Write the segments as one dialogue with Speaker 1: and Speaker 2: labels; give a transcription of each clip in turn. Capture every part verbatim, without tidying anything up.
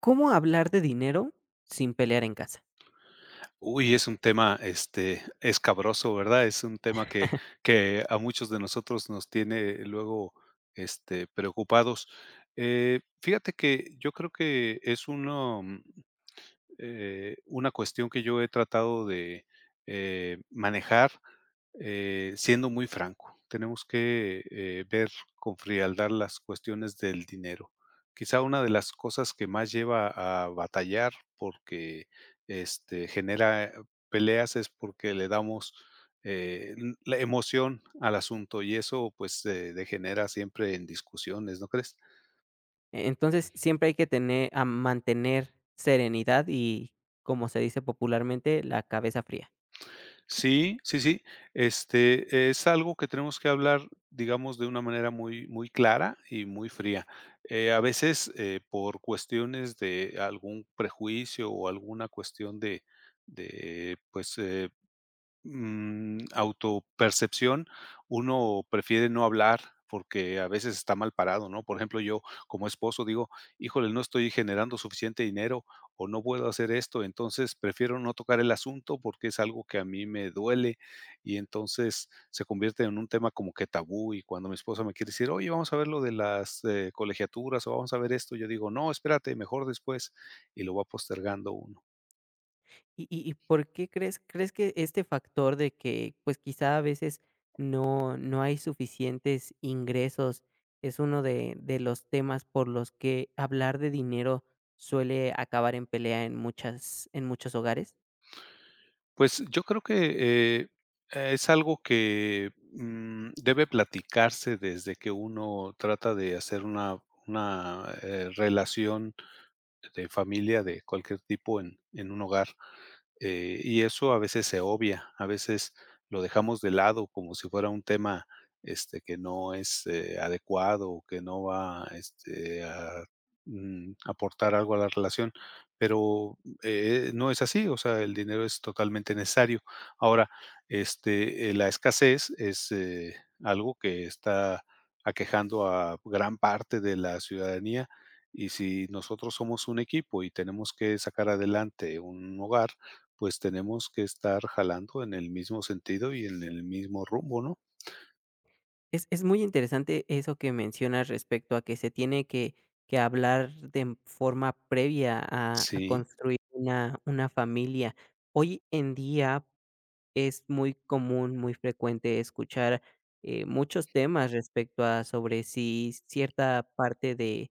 Speaker 1: ¿Cómo hablar de dinero sin pelear en casa?
Speaker 2: Uy, es un tema, este, escabroso, ¿verdad? Es un tema que que a muchos de nosotros nos tiene luego, este, preocupados. Eh, fíjate que yo creo que es uno, mm, eh, una cuestión que yo he tratado de, eh, manejar eh, siendo muy franco, tenemos que eh, ver con frialdad las cuestiones del dinero. Quizá una de las cosas que más lleva a batallar porque este, genera peleas es porque le damos eh, n- la emoción al asunto y eso pues se degenera siempre en discusiones, ¿no crees?
Speaker 1: E entonces, siempre hay que tener a mantener serenidad y, como se dice popularmente, la cabeza fría.
Speaker 2: Sí, sí, sí. Este, es algo que tenemos que hablar, digamos, de una manera muy, muy clara y muy fría. Eh, a veces, eh, por cuestiones de algún prejuicio o alguna cuestión de, de pues, eh, Mm, autopercepción, uno prefiere no hablar porque a veces está mal parado, ¿no? Por ejemplo, yo como esposo digo, híjole, no estoy generando suficiente dinero o no puedo hacer esto, entonces prefiero no tocar el asunto porque es algo que a mí me duele y entonces se convierte en un tema como que tabú y cuando mi esposa me quiere decir, oye, vamos a ver lo de las eh, colegiaturas o vamos a ver esto, yo digo, no, espérate, mejor después y lo va postergando uno.
Speaker 1: ¿Y y y por qué crees crees que este factor de que, pues, quizá a veces no no hay suficientes ingresos es uno de de los temas por los que hablar de dinero suele acabar en pelea en muchas en muchos hogares?
Speaker 2: Pues yo creo que, eh, es algo que, mm, debe platicarse desde que uno trata de hacer una una, eh, relación de familia de cualquier tipo en en un hogar. Eh, y eso a veces se obvia, a veces lo dejamos de lado como si fuera un tema, este, que no es, eh, adecuado o que no va, este, a, mm, aportar algo a la relación, pero, eh, no es así, o sea, el dinero es totalmente necesario. Ahora, este, eh, la escasez es, eh, algo que está aquejando a gran parte de la ciudadanía, y si nosotros somos un equipo y tenemos que sacar adelante un hogar, pues tenemos que estar jalando en el mismo sentido y en el mismo rumbo, ¿no?
Speaker 1: Es es muy interesante eso que mencionas respecto a que se tiene que que hablar de forma previa a a
Speaker 2: Sí,
Speaker 1: construir una una familia. Hoy en día es muy común, muy frecuente escuchar eh, muchos temas respecto a sobre si cierta parte de,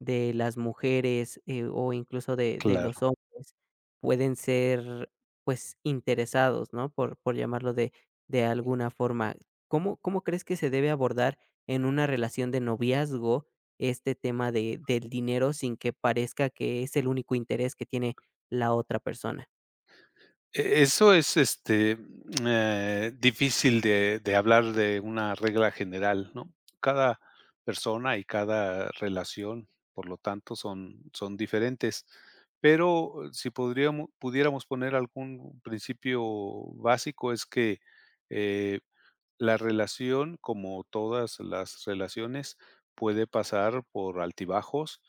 Speaker 1: de las mujeres eh, o incluso de, de los
Speaker 2: claro.
Speaker 1: hombres pueden ser pues interesados, ¿no? Por, por llamarlo de, de alguna forma. ¿Cómo, ¿Cómo crees que se debe abordar en una relación de noviazgo este tema de, del dinero sin que parezca que es el único interés que tiene la otra persona?
Speaker 2: E eso es, este, mm, eh, difícil de de hablar de una regla general, ¿no? Cada persona y cada relación, por lo tanto, son son diferentes. Pero eh, si podríamos pudiéramos poner algún principio básico es que, eh La relación, como todas las relaciones, puede pasar por altibajos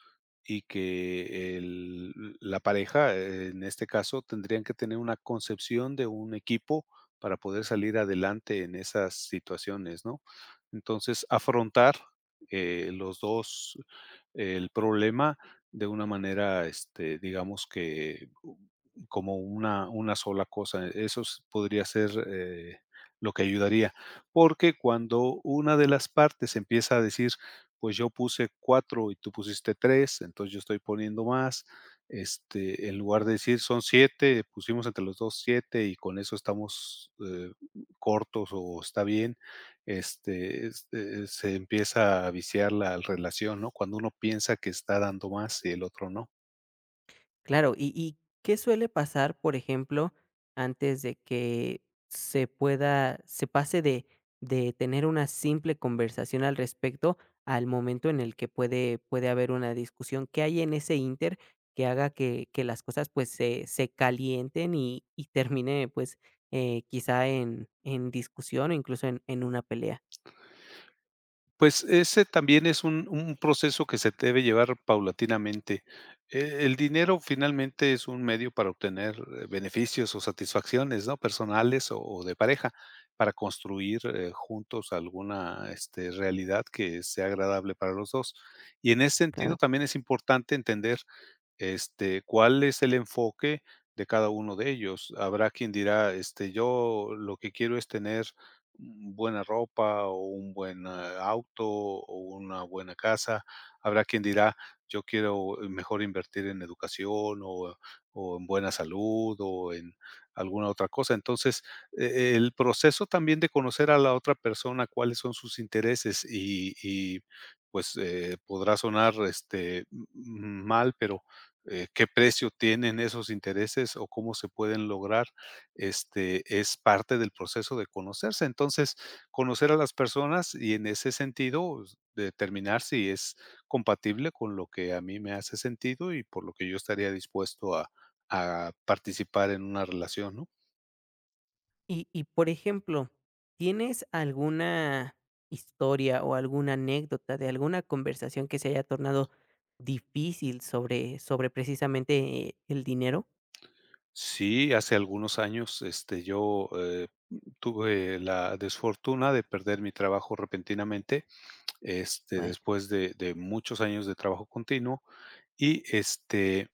Speaker 2: y que el la pareja, eh, en este caso, tendrían que tener una concepción de un equipo para poder salir adelante en esas situaciones, ¿no? Entonces, afrontar, eh, los dos el problema de una manera, este, digamos que como una una sola cosa. Eso s podría ser, eh, lo que ayudaría. Porque cuando una de las partes empieza a decir, pues yo puse cuatro y tú pusiste tres, entonces yo estoy poniendo más, este, en lugar de decir son siete, pusimos entre los dos siete y con eso estamos, eh, cortos o está bien, este, es eh, se empieza a viciar la relación, ¿no? Cuando uno piensa que está dando más y el otro no.
Speaker 1: Claro, ¿y y qué suele pasar, por ejemplo, antes de que se pueda se pase de de tener una simple conversación al respecto al momento en el que puede puede haber una discusión? ¿Qué hay en ese ínter que haga que que las cosas, pues, se se calienten y y termine, pues, eh, quizá en en discusión o incluso en en una pelea?
Speaker 2: Pues, ese también es un un proceso que se debe llevar paulatinamente. E el dinero finalmente es un medio para obtener eh, beneficios o satisfacciones, ¿no? Personales o o de pareja, para construir, eh, juntos alguna, este, realidad que sea agradable para los dos. Y en ese sentido
Speaker 1: Claro.
Speaker 2: también es importante entender este, ¿cuál es el enfoque de cada uno de ellos? Habrá quien dirá, este, yo lo que quiero es tener mm, buena ropa o un buen ah, auto o una buena casa. Habrá quien dirá, yo quiero eh, mejor invertir en educación o, o en buena salud o en alguna otra cosa. Entonces, e- el proceso también de conocer a la otra persona, cuáles son sus intereses y, y, pues eh, podrá sonar este, m- mal, pero eh, qué precio tienen esos intereses o cómo se pueden lograr, este, es parte del proceso de conocerse. Entonces, conocer a las personas y en ese sentido pues, determinar si es compatible con lo que a mí me hace sentido y por lo que yo estaría dispuesto a, a participar en una relación, ¿no?
Speaker 1: Y y, por ejemplo, ¿tienes alguna historia o alguna anécdota de alguna conversación que se haya tornado difícil sobre sobre precisamente eh, el dinero?
Speaker 2: Sí, hace algunos años este, yo eh, tuve la desfortuna de perder mi trabajo repentinamente, este,
Speaker 1: Vaya,
Speaker 2: después de, de muchos años de trabajo continuo. Y este,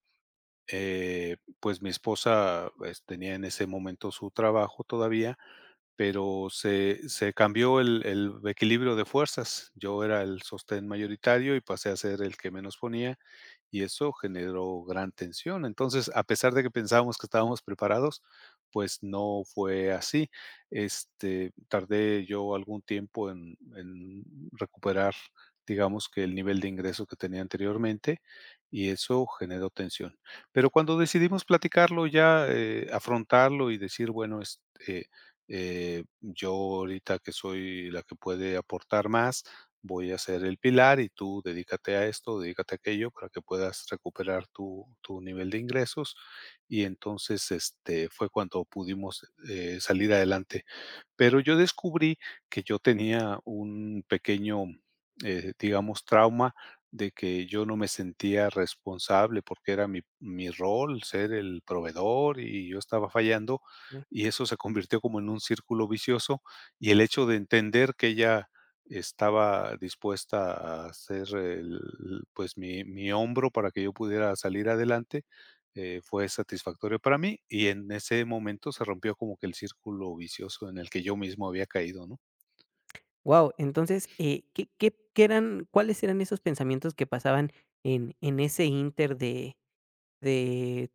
Speaker 2: eh, pues mi esposa, pues, tenía en ese momento su trabajo todavía, pero se, se cambió el, el equilibrio de fuerzas. Yo era el sostén mayoritario y pasé a ser el que menos ponía y eso generó gran tensión. Entonces, a pesar de que pensábamos que estábamos preparados, pues no fue así. Este, tardé yo algún tiempo en, en recuperar, digamos que el nivel de ingreso que tenía anteriormente y eso generó tensión. Pero cuando decidimos platicarlo ya, eh, afrontarlo y decir, bueno, este, eh, yo ahorita que soy la que puede aportar más, voy a ser el pilar y tú dedícate a esto, dedícate a aquello para que puedas recuperar tu, tu nivel de ingresos. Y entonces este, fue cuando pudimos eh, salir adelante pero yo descubrí que yo tenía un pequeño, eh, digamos, trauma de que yo no me sentía responsable porque era mi, mi rol ser el proveedor y yo estaba fallando
Speaker 1: wow,
Speaker 2: y eso se convirtió como en un círculo vicioso y el hecho de entender que ella estaba dispuesta a ser el- pues mi, mi hombro para que yo pudiera salir adelante eh, fue satisfactorio para mí y en ese momento se rompió como que el círculo vicioso en el que yo mismo había caído, ¿no?
Speaker 1: entonces, eh, ¿qué qué qué eran cuáles eran esos pensamientos que pasaban en en ese inter de de,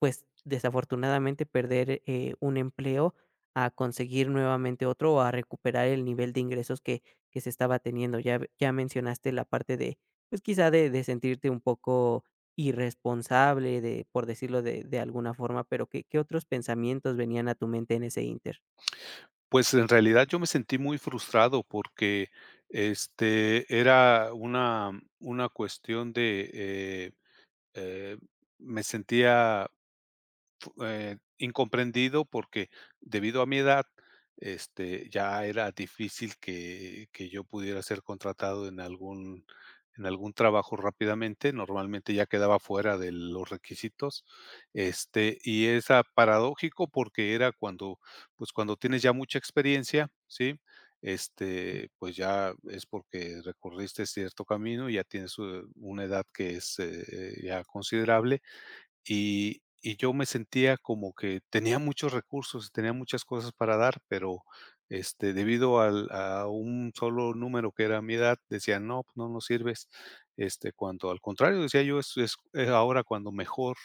Speaker 1: pues, desafortunadamente perder, eh, un empleo a conseguir nuevamente otro o a recuperar el nivel de ingresos que que se estaba teniendo? Ya ve, ya mencionaste la parte de, pues, quizá de de sentirte un poco irresponsable, de por decirlo de de alguna forma, pero, ¿qué qué otros pensamientos venían a tu mente en ese ínter?
Speaker 2: Pues en realidad yo me sentí muy frustrado porque este era una, una cuestión de eh, eh, me sentía Fu eh, incomprendido porque debido a mi edad, este, ya era difícil que que yo pudiera ser contratado en algún en algún trabajo rápidamente, normalmente ya quedaba fuera de los requisitos, este, y es, ah, paradójico porque era cuando, pues, cuando tienes ya mucha experiencia, ¿sí? Este, pues, ya es porque recorriste cierto camino, ya tienes, eh, una edad que es, eh, ya considerable y y yo me sentía como que tenía muchos recursos, tenía muchas cosas para dar, pero, este, debido al a un solo número que era mi edad, decían: "No, pues no, nos sirves". Este, cuando al contrario, decía yo, es es es ahora cuando mejor,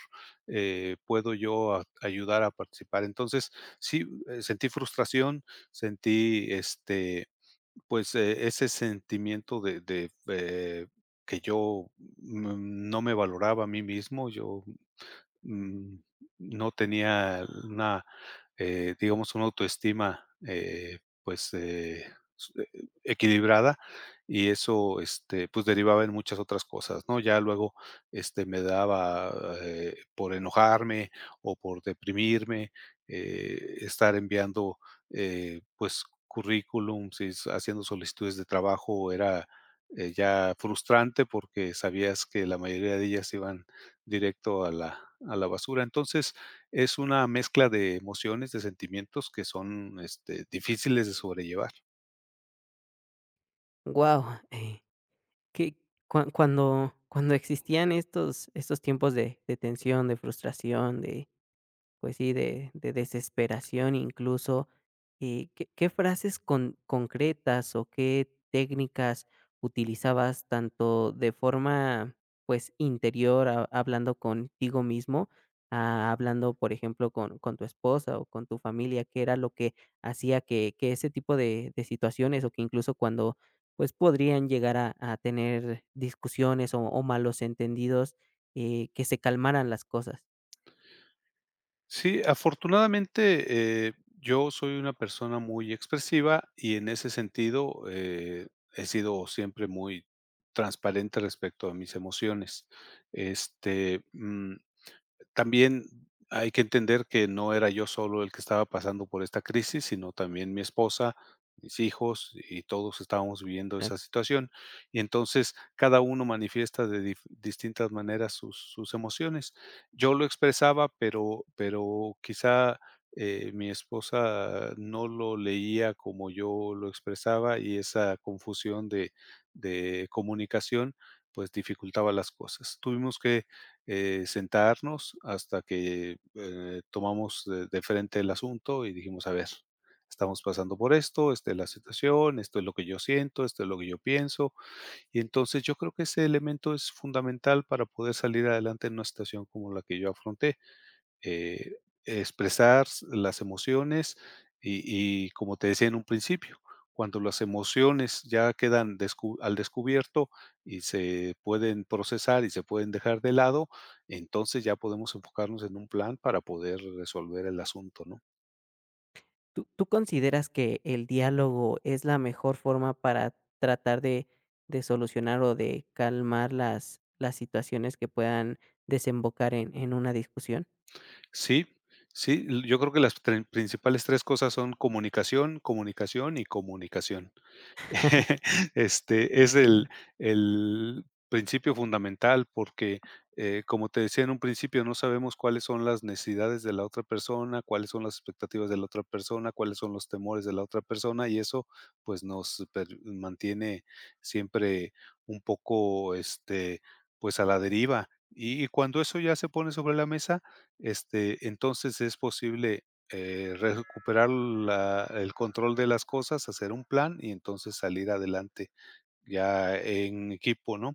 Speaker 2: eh, puedo yo a ayudar a participar. Entonces, sí, eh, sentí frustración, sentí, este, pues, eh, ese sentimiento de de, eh, que yo, mm, no me valoraba a mí mismo, yo mm, no tenía una, eh, digamos, una autoestima, eh, pues, eh, s- eh, equilibrada y eso, este, pues, derivaba en muchas otras cosas, ¿no? Ya luego, este, me daba eh, por enojarme o por deprimirme, eh, estar enviando, eh, pues, currículums y s- haciendo solicitudes de trabajo era eh, ya frustrante porque sabías que la mayoría de ellas iban directo a la a la basura. Entonces, es una mezcla de emociones, de sentimientos que son, este, difíciles de sobrellevar.
Speaker 1: Wow. Que cua cuando cuando existían estos estos tiempos de de tensión, de frustración, de pues sí, de de desesperación incluso, eh, ¿qué qué frases con concretas o qué técnicas utilizabas tanto de forma, pues, interior, ha hablando contigo mismo, a hablando, por ejemplo, con con tu esposa o con tu familia? ¿Qué era lo que hacía que que ese tipo de de situaciones o que incluso cuando, pues, podrían llegar a a tener discusiones o o malos entendidos, eh, que se calmaran las cosas?
Speaker 2: Sí, afortunadamente, eh, yo soy una persona muy expresiva y en ese sentido, eh, he sido siempre muy transparente respecto a mis emociones. Este, mm, También hay que entender que no era yo solo el que estaba pasando por esta crisis, sino también mi esposa, mis hijos y todos estábamos viviendo esa situación. Y entonces cada uno manifiesta de dif- distintas maneras sus, sus emociones. Yo lo expresaba, pero, pero quizá eh, mi esposa no lo leía como yo lo expresaba y esa confusión de, de comunicación pues dificultaba las cosas. Tuvimos que eh, sentarnos hasta que eh, tomamos de, de frente el asunto y dijimos, a ver, estamos pasando por esto, esta es la situación, esto es lo que yo siento, esto es lo que yo pienso. Y entonces yo creo que ese elemento es fundamental para poder salir adelante en una situación como la que yo afronté eh, expresar las emociones y, y, como te decía en un principio, cuando las emociones ya quedan descu- al descubierto y se pueden procesar y se pueden dejar de lado, entonces ya podemos enfocarnos en un plan para poder resolver el asunto, ¿no?
Speaker 1: ¿Tú tú consideras que el diálogo es la mejor forma para tratar de de solucionar o de calmar las las situaciones que puedan desembocar en en una discusión?
Speaker 2: Sí, sí, yo creo que las tre- principales tres cosas son comunicación, comunicación y comunicación. Este, es el el principio fundamental porque, eh, como te decía en un principio, no sabemos cuáles son las necesidades de la otra persona, cuáles son las expectativas de la otra persona, cuáles son los temores de la otra persona, y eso, pues, nos per mantiene siempre un poco, este, pues, a la deriva. Y y cuando eso ya se pone sobre la mesa, este, entonces es posible eh, recuperar la el control de las cosas, hacer un plan y entonces salir adelante ya en equipo, ¿no?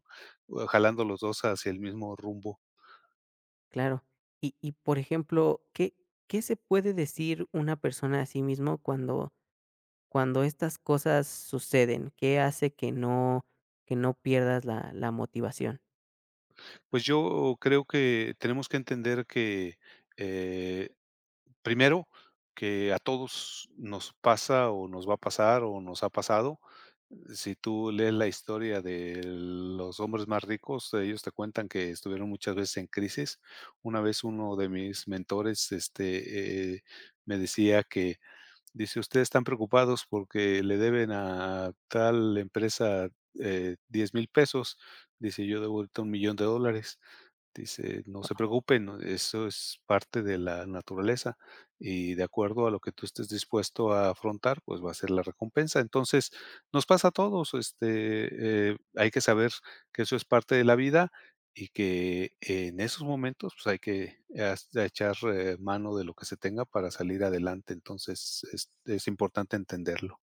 Speaker 2: O Jalando los dos hacia el mismo rumbo.
Speaker 1: Claro. Y y, por ejemplo, ¿qué qué se puede decir una persona a sí mismo cuando cuando estas cosas suceden? ¿Qué hace que no que no pierdas la la motivación?
Speaker 2: Pues yo creo que tenemos que entender que, eh, Primero, que a todos nos pasa o nos va a pasar o nos ha pasado. Si tú lees la historia de los hombres más ricos, ellos te cuentan que estuvieron muchas veces en crisis. Una vez uno de mis mentores, este, eh, me decía que, dice, ustedes están preocupados porque le deben a tal empresa eh, diez mil pesos, dice, yo debo ahorita un millón de dólares. Dice: "No se preocupen, no, eso es parte de la naturaleza, y de acuerdo a lo que tú estés dispuesto a afrontar, pues, va a ser la recompensa". Entonces, nos pasa a todos, este, eh, hay que saber que eso es parte de la vida y que en esos momentos, pues, hay que has echar, eh, mano de lo que se tenga para salir adelante. Entonces, es es importante entenderlo.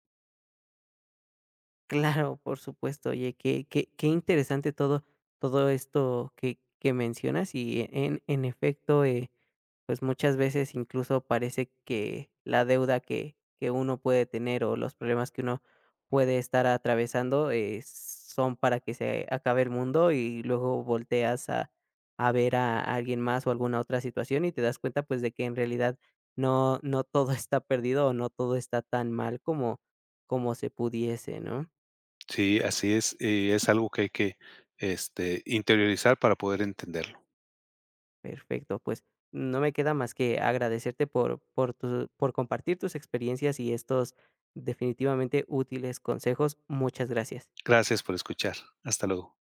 Speaker 1: Claro, por supuesto. Oye, qué qué qué interesante todo todo esto que que mencionas y e, en en efecto, eh, pues, muchas veces incluso parece que la deuda que que uno puede tener o los problemas que uno puede estar atravesando, eh, son para que se acabe el mundo y luego volteas a a ver a alguien más o alguna otra situación y te das cuenta, pues, de que en realidad no no todo está perdido o no todo está tan mal como como se pudiese, ¿no?
Speaker 2: Sí, así es, y es algo que hay que, este, interiorizar para poder entenderlo.
Speaker 1: Perfecto, pues no me queda más que agradecerte por, por, tu- por compartir tus experiencias y estos definitivamente útiles consejos. Muchas gracias.
Speaker 2: Gracias por escuchar. Hasta luego.